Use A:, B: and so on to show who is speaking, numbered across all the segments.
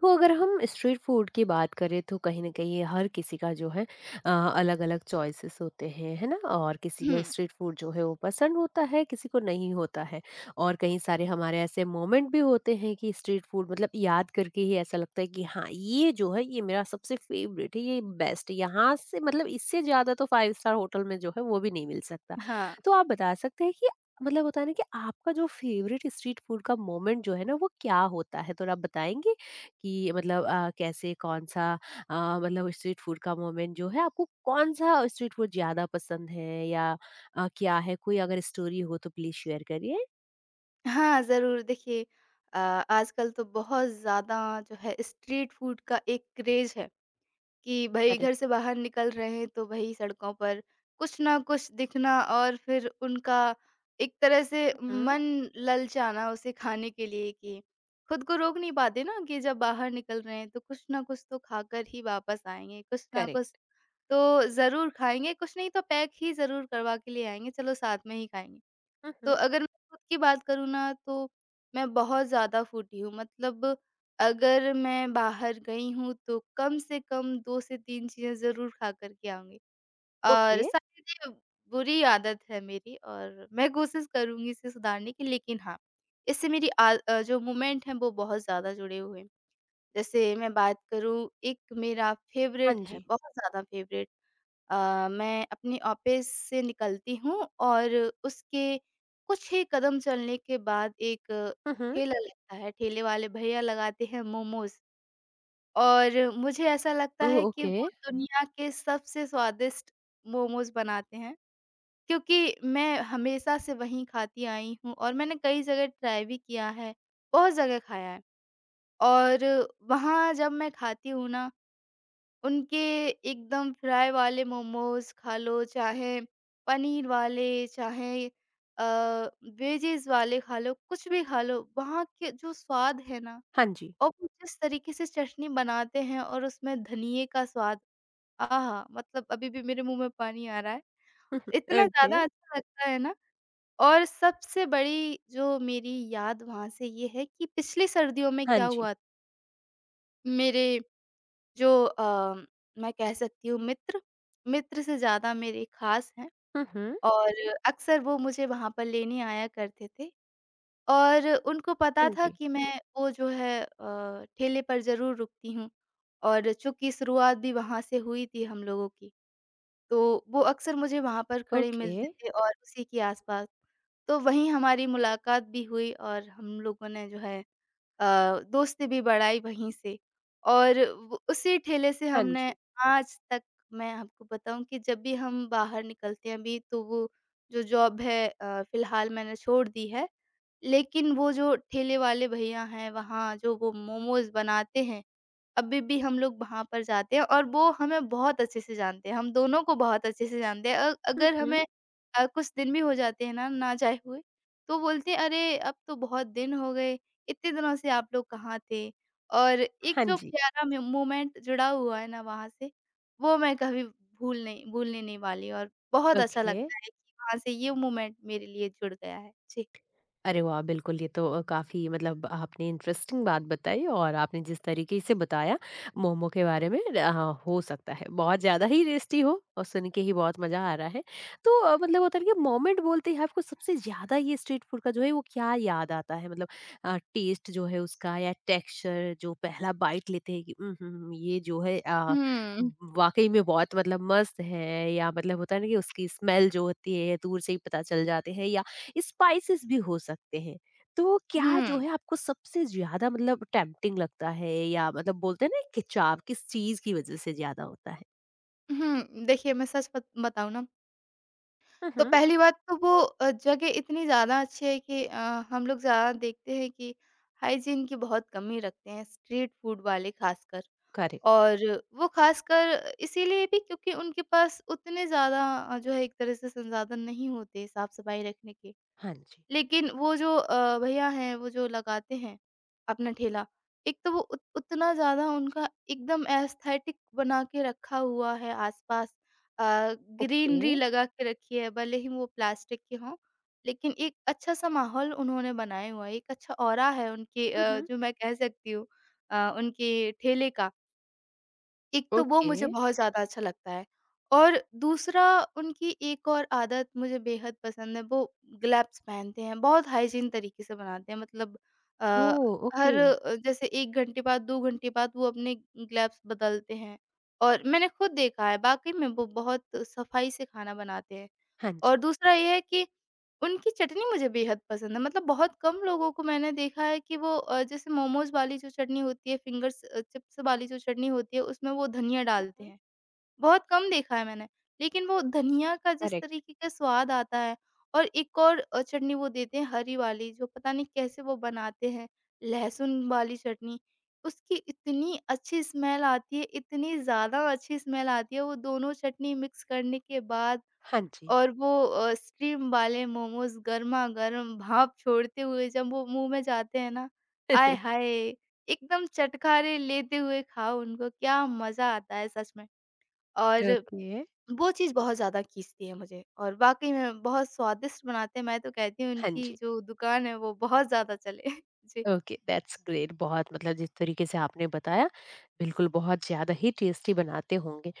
A: तो अगर हम स्ट्रीट फूड की बात करें तो कहीं न कहीं हर किसी का जो है अलग-अलग चॉइसेस होते हैं, है ना? और किसी को
B: हुँ,
A: स्ट्रीट फूड जो है वो पसंद होता है, किसी को नहीं होता है। और कई सारे हमारे ऐसे मोमेंट भी होते हैं कि स्ट्रीट फूड मतलब याद करके ही ऐसा लगता है कि हाँ, ये जो है ये मेरा सबसे फेवरेट है, ये बेस्ट है। यहाँ से मतलब इससे ज़्यादा तो 5 स्टार होटल में जो है वो भी नहीं मिल सकता।
B: हाँ।
A: तो आप बता सकते हैं कि मतलब होता है ना कि आपका जो फेवरेट स्ट्रीट फूड का मोमेंट जो है ना वो क्या होता है? थोड़ा बताएँगे? कि मतलब कैसे कौन-सा मतलब स्ट्रीट फूड का मोमेंट जो है आपको कौन-सा स्ट्रीट फूड ज़्यादा पसंद है या क्या है? कोई अगर स्टोरी हो तो प्लीज़ शेयर करिए।
B: हाँ, ज़रूर देखिए। अ, आजकल तो बहुत ज़्यादा जो है स्ट्रीट फूड का एक क्रेज़ है कि भई घर
A: करेक्ट,
B: से बाहर निकल रहे हैं तो भई सड़कों पर कुछ ना कुछ दिखना और फिर उनका एक तरह से
A: हुँ।
B: मन ललचाना उसे खाने के लिए कि खुद को रोक नहीं पाते ना कि जब बाहर निकल रहे हैं तो कुछ ना कुछ तो खाकर ही वापस आएँगे, कुछ ना कुछ
A: करेक्ट।
B: तो ज़रूर खाएँगे, कुछ नहीं तो पैक ही ज़रूर करवा के ले आएँगे, चलो साथ में ही खाएँगे।
A: हुँ,
B: तो
A: हुँ।
B: अगर मैं खुद की बात करूँ ना, तो मैं बहुत ज़्यादा फूडी हूँ। मतलब अगर मैं बाहर गई हूँ तो कम से कम 2 से 3 चीज़ें ज़रूर खा कर के आऊँगी, और
A: ओके।
B: शायद ये बुरी आदत है मेरी और मैं कोशिश करूँगी इसे सुधारने की। लेकिन हाँ, इससे मेरी जो मूवमेंट है वो बहुत ज़्यादा जुड़े हुए हैं। जैसे मैं बात करूँ, एक मेरा
A: हाँ
B: फ़ेवरेट है,
A: जी।
B: बहुत ज़्यादा फ़ेवरेट। मैं अपने ऑफिस से निकलती हूँ और उसके कुछ ही कदम चलने के बाद एक
A: हुँ, हुँ।
B: ठेला लगता है, ठेले वाले भैया लगाते हैं मोमोज़, और मुझे ऐसा लगता
A: ओह!
B: है कि
A: ओके।
B: वो दुनिया के सबसे स्वादिष्ट मोमोज़ बनाते हैं, क्योंकि मैं हमेशा से वहीं खाती आई हूँ और मैंने कई जगह ट्राई भी किया है, बहुत जगह खाया है। और वहाँ जब मैं खाती हूँ ना, उनके एकदम फ्राई वाले मोमोज़ खा लो, चाहे पनीर वाले, चाहे अ, वेजिज़ वाले खा लो, कुछ भी खा लो, वहाँ के जो स्वाद है ना,
A: हाँ जी।
B: और वो जिस तरीके से चटनी बनाते हैं और उसमें धनिये का स्वाद, आहा! मतलब अभी भी मेरे मुँह में पानी आ रहा है।
A: हुँ, हुँ।
B: इतना
A: ओके।
B: ज़्यादा अच्छा लगता है ना। और सबसे बड़ी जो मेरी याद वहाँ से ये है कि पिछली सर्दियों में
A: हाँ
B: क्या
A: जी।
B: हुआ, मेरे जो अ, मैं कह सकती हूँ मित्र, मित्र से ज़्यादा मेरे ख़ास हैं,
A: हुँ, हुँ।
B: और अक्सर वो मुझे वहाँ पर लेने आया करते थे। और उनको पता
A: हाँ
B: था
A: जी।
B: कि मैं वो जो है ठेले पर ज़रूर रुकती हूँ, और चूँकि शुरुआत भी वहाँ से हुई थी हम लोगों की, तो वो अक्सर मुझे वहाँ पर खड़े
A: ओके।
B: मिलते थे और उसी के आस-पास। तो वहीं हमारी मुलाकात भी हुई और हम लोगों ने जो है दोस्त ने भी बढ़ाई वहीं से। और वो उसी ठेले से
A: हाँ
B: हमने
A: जी।
B: आज तक, मैं आपको बताऊँ कि जब भी हम बाहर निकलते हैं अभी, तो वो जो जॉब है, फ़िलहाल मैंने छोड़ दी है, लेकिन वो जो ठेले वाले भैया हैं, वहाँ जो वो मोमोज़ बनाते हैं, अभी भी हम लोग वहाँ पर जाते हैं और वो हमें बहुत अच्छे से जानते हैं, हम दोनों को बहुत अच्छे से जानते हैं।
A: हुँ,
B: अगर
A: हुँ।
B: हमें कुछ दिन भी हो जाते हैं ना, ना जाए हुए, तो बोलते हैं, "अरे! अब तो बहुत दिन हो गए, इतने दिनों से आप लोग कहाँ थे?" और एक
A: हाँ
B: जो
A: जी।
B: प्यारा मे मोमेंट जुड़ा हुआ है ना वहाँ से, वो मैं कभी भूलने नहीं वाली, और बहुत अच्छा
A: ओके।
B: लगता है कि वहाँ से ये मोमेंट मेरे लिए जुड़ गया है। जी।
A: अरे वाह! बिल्कुल, ये तो काफ़ी मतलब आपने इंटरेस्टिंग बात बताई और आपने जिस तरीके से बताया मोमो के बारे में, हाँ, हो सकता है बहुत ज़्यादा ही टेस्टी हो और सुन के ही बहुत मज़ा आ रहा है। तो मतलब होता है ना कि मोमेंट बोलते ही आपको सबसे ज़्यादा ये स्ट्रीट फूड का जो है वो क्या याद आता है? मतलब टेस्ट जो है उसका या टेक्सचर जो पहला बाइट लेते हैं कि हुँ, हुँ, ये जो है
B: हुँ,
A: वाक़ई में बहुत मतलब मस्त है या मतलब होता है ना कि उसकी स्मेल जो होती है दूर से ही पता चल जाते हैं या स्पाइसेस भी हो सकते हैं। तो क्या जो
B: हुँ,
A: है आपको सबसे ज़्यादा मतलब टेम्प्टिंग लगता है या मतलब बोलते हैं ना कि चाव किस चीज़ की वज़ह से ज़्यादा होता है?
B: हुँ। देखिए, मैं सच बत बताऊँ ना,
A: हुँ,
B: तो
A: हुँ।
B: पहली बात तो वो जगह इतनी ज़्यादा अच्छी है कि, हम लोग ज़्यादा देखते हैं कि हाइजीन की बहुत कमी रखते हैं स्ट्रीट फूड वाले, खासकर।
A: करेक्ट।
B: और वो खासकर इसीलिए भी क्योंकि उनके पास उतने ज़्यादा जो है, एक तरह से संसाधन नहीं होते साफ-सफाई रखने के।
A: हाँ जी।
B: लेकिन वो जो भैया हैं, वो जो लगाते हैं अपना ठेला, एक तो वो उत उतना ज़्यादा उनका एकदम एस्थेटिक बना के रखा हुआ है आस-पास, अ,
A: ओके।
B: ग्रीनरी लगा के रखी है, भले ही वो प्लास्टिक के हों, लेकिन एक अच्छा-सा माहौल उन्होंने बनाया हुआ है, एक अच्छा ऑरा है उनके,
A: हुँ, हुँ।
B: जो मैं कह सकती हूँ, उनके ठेले का। एक तो वो
A: ओके।
B: मुझे बहुत ज़्यादा अच्छा लगता है। और दूसरा, उनकी एक और आदत मुझे बेहद पसंद है, वो ग्लव्स पहनते हैं, बहुत हाइजीन तरीके से बनाते हैं। मतलब अ,
A: ओह!
B: हर,
A: ओके।
B: जैसे 1 घंटे बाद, 2 घंटे बाद वो अपने ग्लव्स बदलते हैं, और मैंने खुद देखा है, वाक़ई में वो बहुत सफाई से खाना बनाते हैं।
A: हाँ
B: और
A: जी।
B: दूसरा ये है कि उनकी चटनी मुझे बेहद पसंद है, मतलब बहुत कम लोगों को मैंने देखा है कि वो, जैसे मोमोज़ वाली जो चटनी होती है, फिंगर्स चिप्स वाली जो चटनी होती है, उसमें वो धनिया डालते
A: हुँ।
B: हैं। बहुत कम देखा है मैंने, लेकिन वो धनिया का जिस
A: करेक्ट।
B: तरीके का स्वाद आता है, और एक और चटनी वो देते हैं हरी वाली, जो पता नहीं कैसे वो बनाते हैं, लहसुन वाली चटनी। उसकी इतनी अच्छी स्मेल आती है, इतनी ज़्यादा अच्छी स्मेल आती है, वो दोनों चटनी मिक्स करने के बाद।
A: हाँ जी।
B: और वो स्टीम वाले मोमोज़ गरमा-गरम भाप छोड़ते हुए जब वो मुँह में जाते हैं ना, आय हाय! एकदम चटखारे लेते हुए खाओ उनको, क्या मज़ा आता है सच में। और
A: ओके।
B: वो चीज़ बहुत ज़्यादा खींचती है मुझे, और वाक़ई में बहुत स्वादिष्ट बनाते हैं। मैं तो कहती हूँ
A: हाँ
B: उनकी
A: जी।
B: जो दुकान है वो बहुत ज़्यादा चले। जी।
A: Okay, that's great. बहुत मतलब जिस तरीके से आपने बताया, बिल्कुल बहुत ज़्यादा ही टेस्टी बनाते होंगे।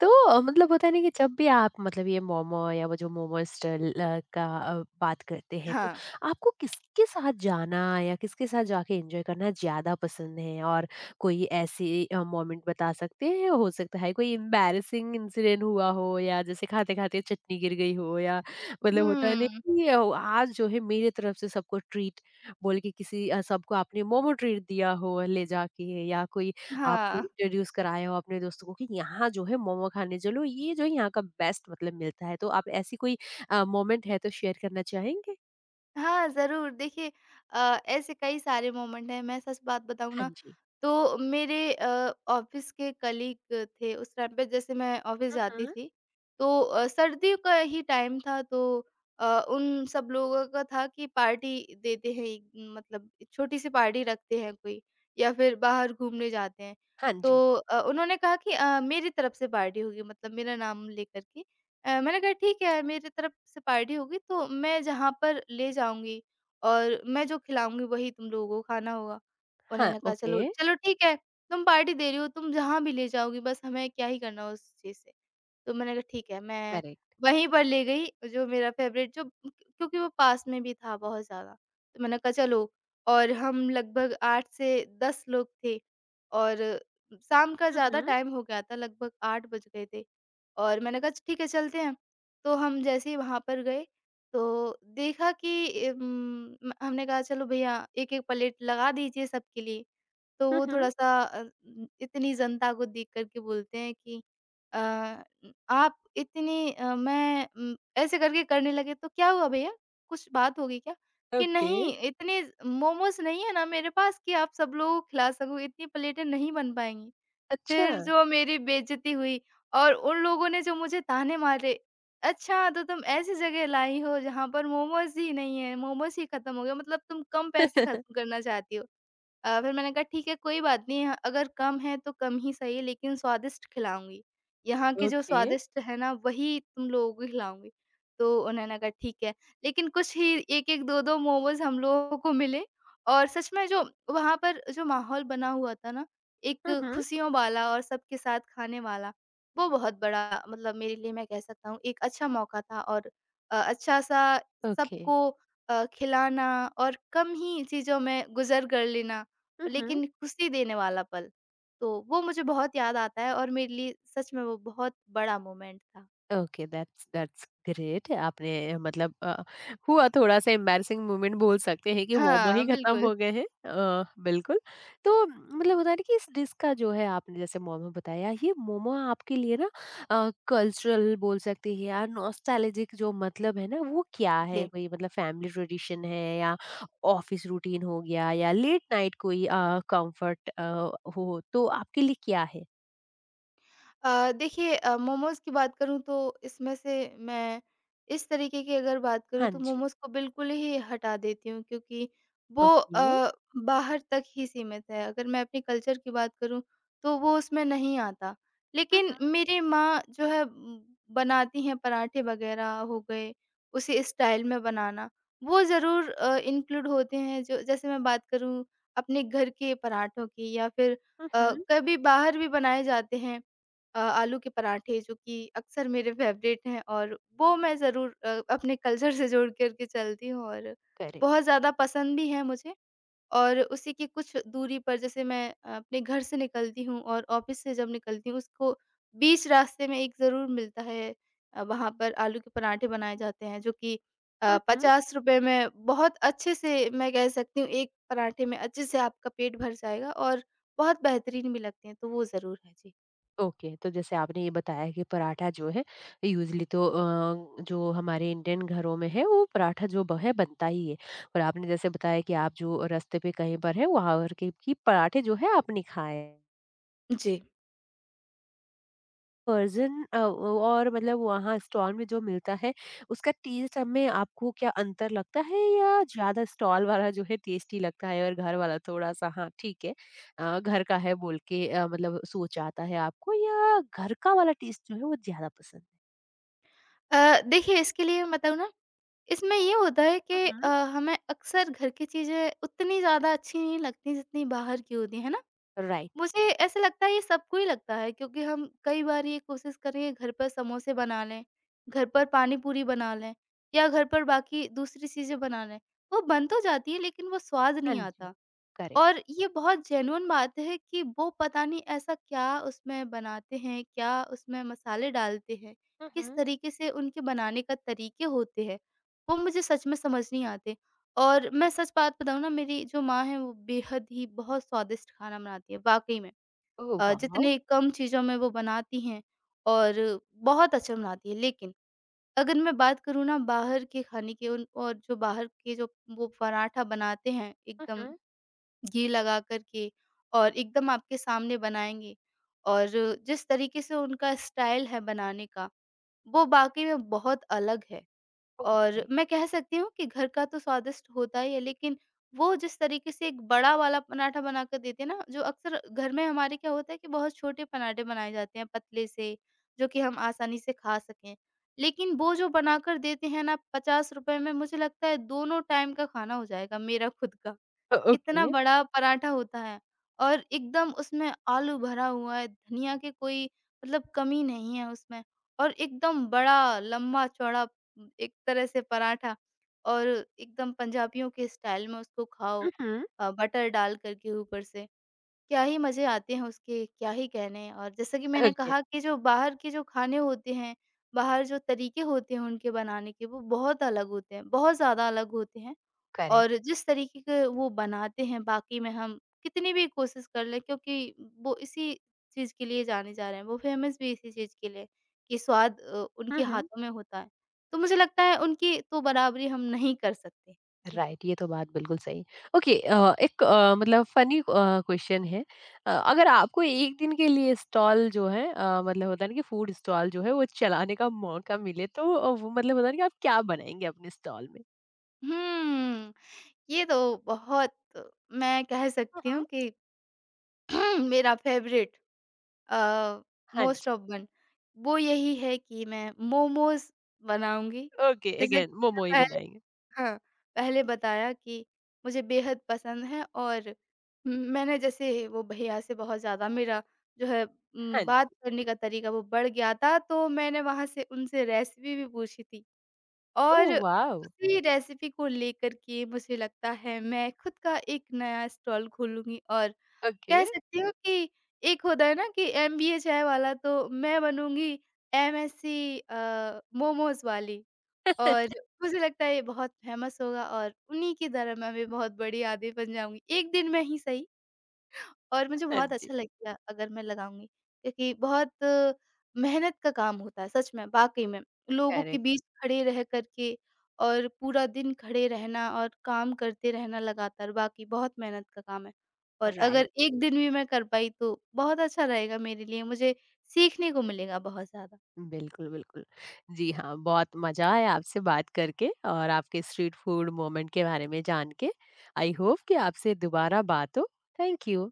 A: तो मतलब होता है ना कि जब भी आप मतलब ये मोमो या वो जो मोमो स्टॉल का बात करते हैं तो
B: हाँ।
A: आपको किसके साथ जाना या किसके साथ जाके एंजॉय करना ज़्यादा पसंद है? और कोई ऐसी मोमेंट बता सकते हैं? हो सकता है कोई एम्बैरसिंग इंसिडेंट हुआ हो या जैसे खाते-खाते चटनी गिर गई हो, या मतलब होता है ना
B: हुँ,
A: कि आज जो है मेरे तरफ से सबको ट्रीट बोल के किसी सबको आपने मोमो ट्रीट दिया हो ले जाके, या कोई आपने
B: हाँ।
A: इंट्रोड्यूस कराया हो अपने दोस्तों को कि यहाँ जो है मोमो खाने चलो, ये जो है यहाँ का बेस्ट मतलब मिलता है। तो आप ऐसी कोई मोमेंट है तो शेयर करना चाहेंगे?
B: हाँ, ज़रूर। देखिए, ऐसे कई सारे मोमेंट हैं। मैं सच बात बताऊँ
A: हाँ
B: ना,
A: जी।
B: तो मेरे ऑफ़िस के कलीग थे उस टाइम पे, जैसे मैं ऑफ़िस
A: हुँ,
B: जाती
A: हुँ।
B: थी, तो सर्दियों का ही टाइम था, तो उन सब लोगों का था कि पार्टी देते हैं, एक, मतलब छोटी-सी पार्टी रखते हैं कोई, या फिर बाहर घूमने जाते हैं।
A: हाँ
B: तो
A: जी।
B: उन्होंने कहा कि मेरी तरफ से पार्टी होगी, मतलब मेरा नाम लेकर के। मैंने कहा ठीक है, मेरी तरफ से पार्टी होगी तो मैं जहाँ पर ले जाऊँगी और मैं जो खिलाऊँगी वही तुम लोगों को खाना होगा।
A: हाँ,
B: उन्होंने कहा,
A: ओके,
B: "चलो चलो ठीक है, तुम पार्टी दे रही हो, तुम जहाँ भी ले जाओगी, बस हमें क्या ही करना उस चीज़ से।" तो मैंने कहा ठीक है, मैं
A: करेक्ट।
B: वहीं पर ले गई जो मेरा फ़ेवरेट जो, क्योंकि वो पास में भी था बहुत ज़्यादा। तो मैंने कहा चलो, और हम लगभग 8 से 10 लोग थे, और शाम का
A: हुँ,
B: ज़्यादा
A: हुँ।
B: टाइम हो गया था, लगभग 8 बज गए थे। और मैंने कहा ठीक है चलते हैं। तो हम जैसे ही वहाँ पर गए, तो देखा कि उम, म हमने कहा, "चलो भैया 1-1 प्लेट लगा दीजिए सबके लिए।" तो
A: हुँ,
B: वो
A: हुँ।
B: थोड़ा-सा, इतनी जनता को देख कर के बोलते हैं कि अ आप इतनी मैं ऐसे करके करने लगे। तो क्या हुआ भैया? कुछ बात हो गई क्या? कि
A: ओके,
B: नहीं, इतने मोमोज़ नहीं है ना मेरे पास कि आप सब लोगों को खिला सको, इतनी प्लेटें नहीं बन पाएँगी।
A: अच्छा।
B: फिर जो मेरी बेइज़्ज़ती हुई, और उन लोगों ने जो मुझे ताने मारे, "अच्छा तो तुम ऐसी जगह लाई हो जहाँ पर मोमोज़ ही नहीं है, मोमोज़ ही खत्म हो गए, मतलब तुम कम पैसे खत्म करना चाहती हो।" फिर मैंने कहा ठीक है कोई बात नहीं, ह अगर कम है तो कम ही सही, लेकिन स्वादिष्ट खिलाऊँगी। यहाँ के जो
A: ओके,
B: स्वादिष्ट है ना वही तुम लोगों को खिलाऊँगी। तो उन्होंने कहा ठीक है। लेकिन कुछ ही 1-1 2-2 मोमोज़ हम लोगों को मिले, और सच में जो वहाँ पर जो माहौल बना हुआ था ना, एक
A: हुँ, हुँ।
B: खुशियों वाला और सबके साथ खाने वाला, वो बहुत बड़ा, मतलब मेरे लिए मैं कह सकता हूँ एक अच्छा मौका था, और अच्छा-सा
A: ओके।
B: सबको खिलाना और कम ही चीज़ों में गुज़र कर लेना,
A: हुँ, हुँ।
B: लेकिन खुशी देने वाला पल। तो वो मुझे बहुत याद आता है और मेरे लिए सच में वो बहुत बड़ा मोमेंट था।
A: Okay that's that's great. आपने मतलब हुआ थोड़ा सा एम्बैरसिंग मोमेंट बोल सकते हैं कि मोमो
B: हाँ,
A: ही खत्म
B: बिल्कुल।
A: हो गए हैं। बिल्कुल। तो मतलब होता है ना कि इस डिश का जो है आपने जैसे मोमो बताया, ये मोमो आपके लिए ना कल्चरल बोल सकते हैं या नॉस्टैल्जिक जो मतलब है ना वो क्या है,
B: जी।
A: कोई मतलब फैमिली ट्रेडिशन है या ऑफिस रूटीन हो गया या लेट नाइट कोई कंफर्ट हो, तो आपके लिए क्या है?
B: देखिए, मोमोज़ की बात करूँ तो इसमें से मैं, इस तरीके की अगर बात करूँ
A: हाँ
B: तो
A: जी।
B: मोमोज़ को बिल्कुल ही हटा देती हूँ क्योंकि वो
A: ओके।
B: बाहर तक ही सीमित है। अगर मैं अपने कल्चर की बात करूँ तो वो उसमें नहीं आता। लेकिन
A: हम्म।
B: मेरी माँ जो है, बनाती हैं पराठे वग़ैरह हो गए, उसी स्टाइल में बनाना, वो ज़रूर इंक्लूड होते हैं। जो, जैसे मैं बात करूँ अपने घर के पराठों की, या फिर
A: हम्म।
B: कभी बाहर भी बनाए जाते हैं। आलू के पराठे जो कि अक्सर मेरे फ़ेवरेट हैं, और वो मैं ज़रूर अपने कल्चर से जोड़ कर के चलती हूँ और
A: करेक्ट।
B: बहुत ज़्यादा पसंद भी है मुझे। और उसी की कुछ दूरी पर, जैसे मैं अपने घर से निकलती हूँ और ऑफ़िस से जब निकलती हूँ, उसको बीच रास्ते में एक ज़रूर मिलता है, वहाँ पर आलू के पराठे बनाए जाते हैं जो कि
A: हम्म।
B: 50 में बहुत अच्छे से, मैं कह सकती हूँ, एक पराठे में अच्छे से आपका पेट भर जाएगा और बहुत बेहतरीन भी लगते हैं, तो वो ज़रूर है। जी।
A: ओके। तो जैसे आपने ये बताया कि पराठा जो है यूजली तो जो हमारे इंडियन घरों में है वो पराठा जो है बनता ही है, और आपने जैसे बताया कि आप जो रास्ते पे कहीं पर है वहां की पराठे जो है आपने खाए
B: जी।
A: वर्ज़न, और मतलब वहाँ स्टॉल में जो मिलता है, उसका टेस्ट हमें आपको क्या अंतर लगता है, या ज़्यादा स्टॉल वाला जो है टेस्टी लगता है और घर वाला थोड़ा-सा हाँ, ठीक है घर का है बोल के मतलब सोच आता है आपको, या घर का वाला टेस्ट जो है वो ज़्यादा पसंद है?
B: देखिए इसके लिए मैं बताऊँ ना, इसमें ये होता है
A: हुँ,
B: कि
A: हुँ।
B: हमें अक्सर घर की चीज़ें उतनी ज़्यादा अच्छी नहीं लगती जितनी बाहर की होती हैं, है ना?
A: राइट,
B: मुझे ऐसा लगता है ये सबको ही लगता है, क्योंकि हम कई बार ये कोशिश कर रहे हैं घर पर समोसे बना लें, घर पर पानी-पूरी बना लें या घर पर बाकी दूसरी चीज़ें बना लें। वो बन तो जाती है, लेकिन वो स्वाद
A: हाँ
B: नहीं
A: जी,
B: आता।
A: करेक्ट।
B: और ये बहुत जेन्युइन बात है कि वो पता नहीं ऐसा क्या उसमें बनाते हैं, क्या उसमें मसाले डालते हैं,
A: हुँ,
B: किस
A: हुँ।
B: तरीके से उनके बनाने का तरीके होते हैं, वो मुझे सच में समझ नहीं आते। और मैं सच बात बताऊँ ना, मेरी जो माँ है वो बेहद ही बहुत स्वादिष्ट खाना बनाती है, वाक़ई में।
A: Oh wow!
B: जितने कम चीज़ों में वो बनाती हैं और बहुत अच्छा बनाती है। लेकिन अगर मैं बात करूँ ना बाहर के खाने की, उन और जो बाहर के जो वो पराठा बनाते हैं,
A: हुँ,
B: एकदम
A: हुँ।
B: घी लगा कर के और एकदम आपके सामने बनाएँगे, और जिस तरीके से उनका स्टाइल है बनाने का, वो वाक़ई में बहुत अलग है। और
A: ओके,
B: मैं कह सकती हूँ कि घर का तो स्वादिष्ट होता ही है, लेकिन वो जिस तरीके से एक बड़ा वाला पराठा बना कर देते हैं ना, जो अक्सर घर में हमारे क्या होता है कि बहुत छोटे पराठे बनाए जाते हैं पतले से, जो कि हम आसानी से खा सकें। लेकिन वो जो बनाकर देते हैं ना ₹50 में, मुझे लगता है दोनों टाइम का खाना हो जाएगा, मेरा खुद का।
A: ओ
B: इतना
A: ओके।
B: बड़ा पराठा होता है, और एकदम उसमें आलू भरा हुआ है, धनिया की कोई मतलब कमी नहीं है उसमें। और एकदम बड़ा लंबा-चौड़ा एक तरह से पराठा, और एकदम पंजाबियों के स्टाइल में उसको खाओ,
A: हुँ, हुँ।
B: बटर डाल कर के ऊपर से। क्या ही मज़े आते हैं उसके, क्या ही कहने! और जैसा कि मैंने
A: ओके।
B: कहा कि जो बाहर के जो खाने होते हैं, बाहर जो तरीके होते हैं उनके बनाने के, वो बहुत अलग होते हैं, बहुत ज़्यादा अलग होते हैं।
A: करेक्ट।
B: और जिस तरीके के वो बनाते हैं, बाकी में हम कितनी भी कोशिश कर लें, क्योंकि वो इसी चीज़ के लिए जाने जा रहे हैं, वो फेमस भी इसी चीज़ के लिए कि स्वाद उनके
A: हुँ, हुँ।
B: हाथों में होता है। तो मुझे लगता है उनकी तो बराबरी हम नहीं कर सकते। जी।
A: राइट, ये तो बात बिल्कुल सही। ओके, एक मतलब फनी क्वेश्चन है। अगर आपको एक दिन के लिए स्टॉल जो है मतलब होता है ना कि फूड स्टॉल जो है वो चलाने का मौका मिले, तो वो मतलब होता है ना कि आप क्या बनाएंगे अपने स्टॉल में?
B: हुँ, ये तो बहुत, मैं कह सकती
A: हम्म।
B: हूँ कि मेरा फ़ेवरेट अ,
A: हाँ
B: मोस्ट
A: जी।
B: ऑफ वन वो यही है कि मैं मोमोज़ बनाऊँगी।
A: ओके,
B: जैसे कि
A: अगेन
B: मैंने
A: मोमो ही
B: पहले,
A: बनाएंगे।
B: हाँ, पहले बताया कि मुझे बेहद पसंद है। और मैंने जैसे वो भैया से बहुत ज़्यादा मेरा जो है
A: हाँ जी।
B: बात करने का तरीका वो बढ़ गया था, तो मैंने वहाँ से उनसे रेसिपी भी पूछी थी। और
A: ओह वाओ।
B: उसी रेसिपी को लेकर के मुझे लगता है मैं खुद का एक नया स्टॉल खोलूँगी, और
A: ओके।
B: कह सकती हूँ कि एक होता है ना कि एमबीए चाय वाला, तो मैं बनूँगी एमएससी मोमोज़ वाली। और मुझे लगता है ये बहुत फ़ेमस होगा, और उन्हीं की तरह मैं भी बहुत बड़ी आदी बन जाऊँगी, एक दिन में ही सही। और मुझे
A: हाँ
B: बहुत
A: जी।
B: अच्छा लगेगा अगर मैं लगाऊँगी, क्योंकि बहुत मेहनत का काम होता है सच में, वाक़ई में। लोगों के बीच
A: करेक्ट।
B: खड़े रह कर के, और पूरा दिन खड़े रहना और काम करते रहना लगातार, वाक़ई बहुत मेहनत का काम है। और
A: राइट।
B: अगर एक दिन भी मैं कर पाई तो बहुत अच्छा रहेगा मेरे लिए, मुझे सीखने को मिलेगा बहुत ज़्यादा।
A: बिल्कुल, बिल्कुल। जी हाँ, बहुत मज़ा आया आपसे बात करके और आपके स्ट्रीट फूड मोमेंट के बारे में जान के। आई होप कि आपसे दोबारा बात हो। Thank you.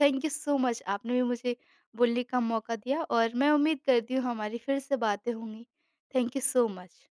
B: Thank you so much, आपने भी मुझे बोलने का मौका दिया, और मैं उम्मीद करती हूँ हमारी फिर से बातें होंगी। Thank you so much.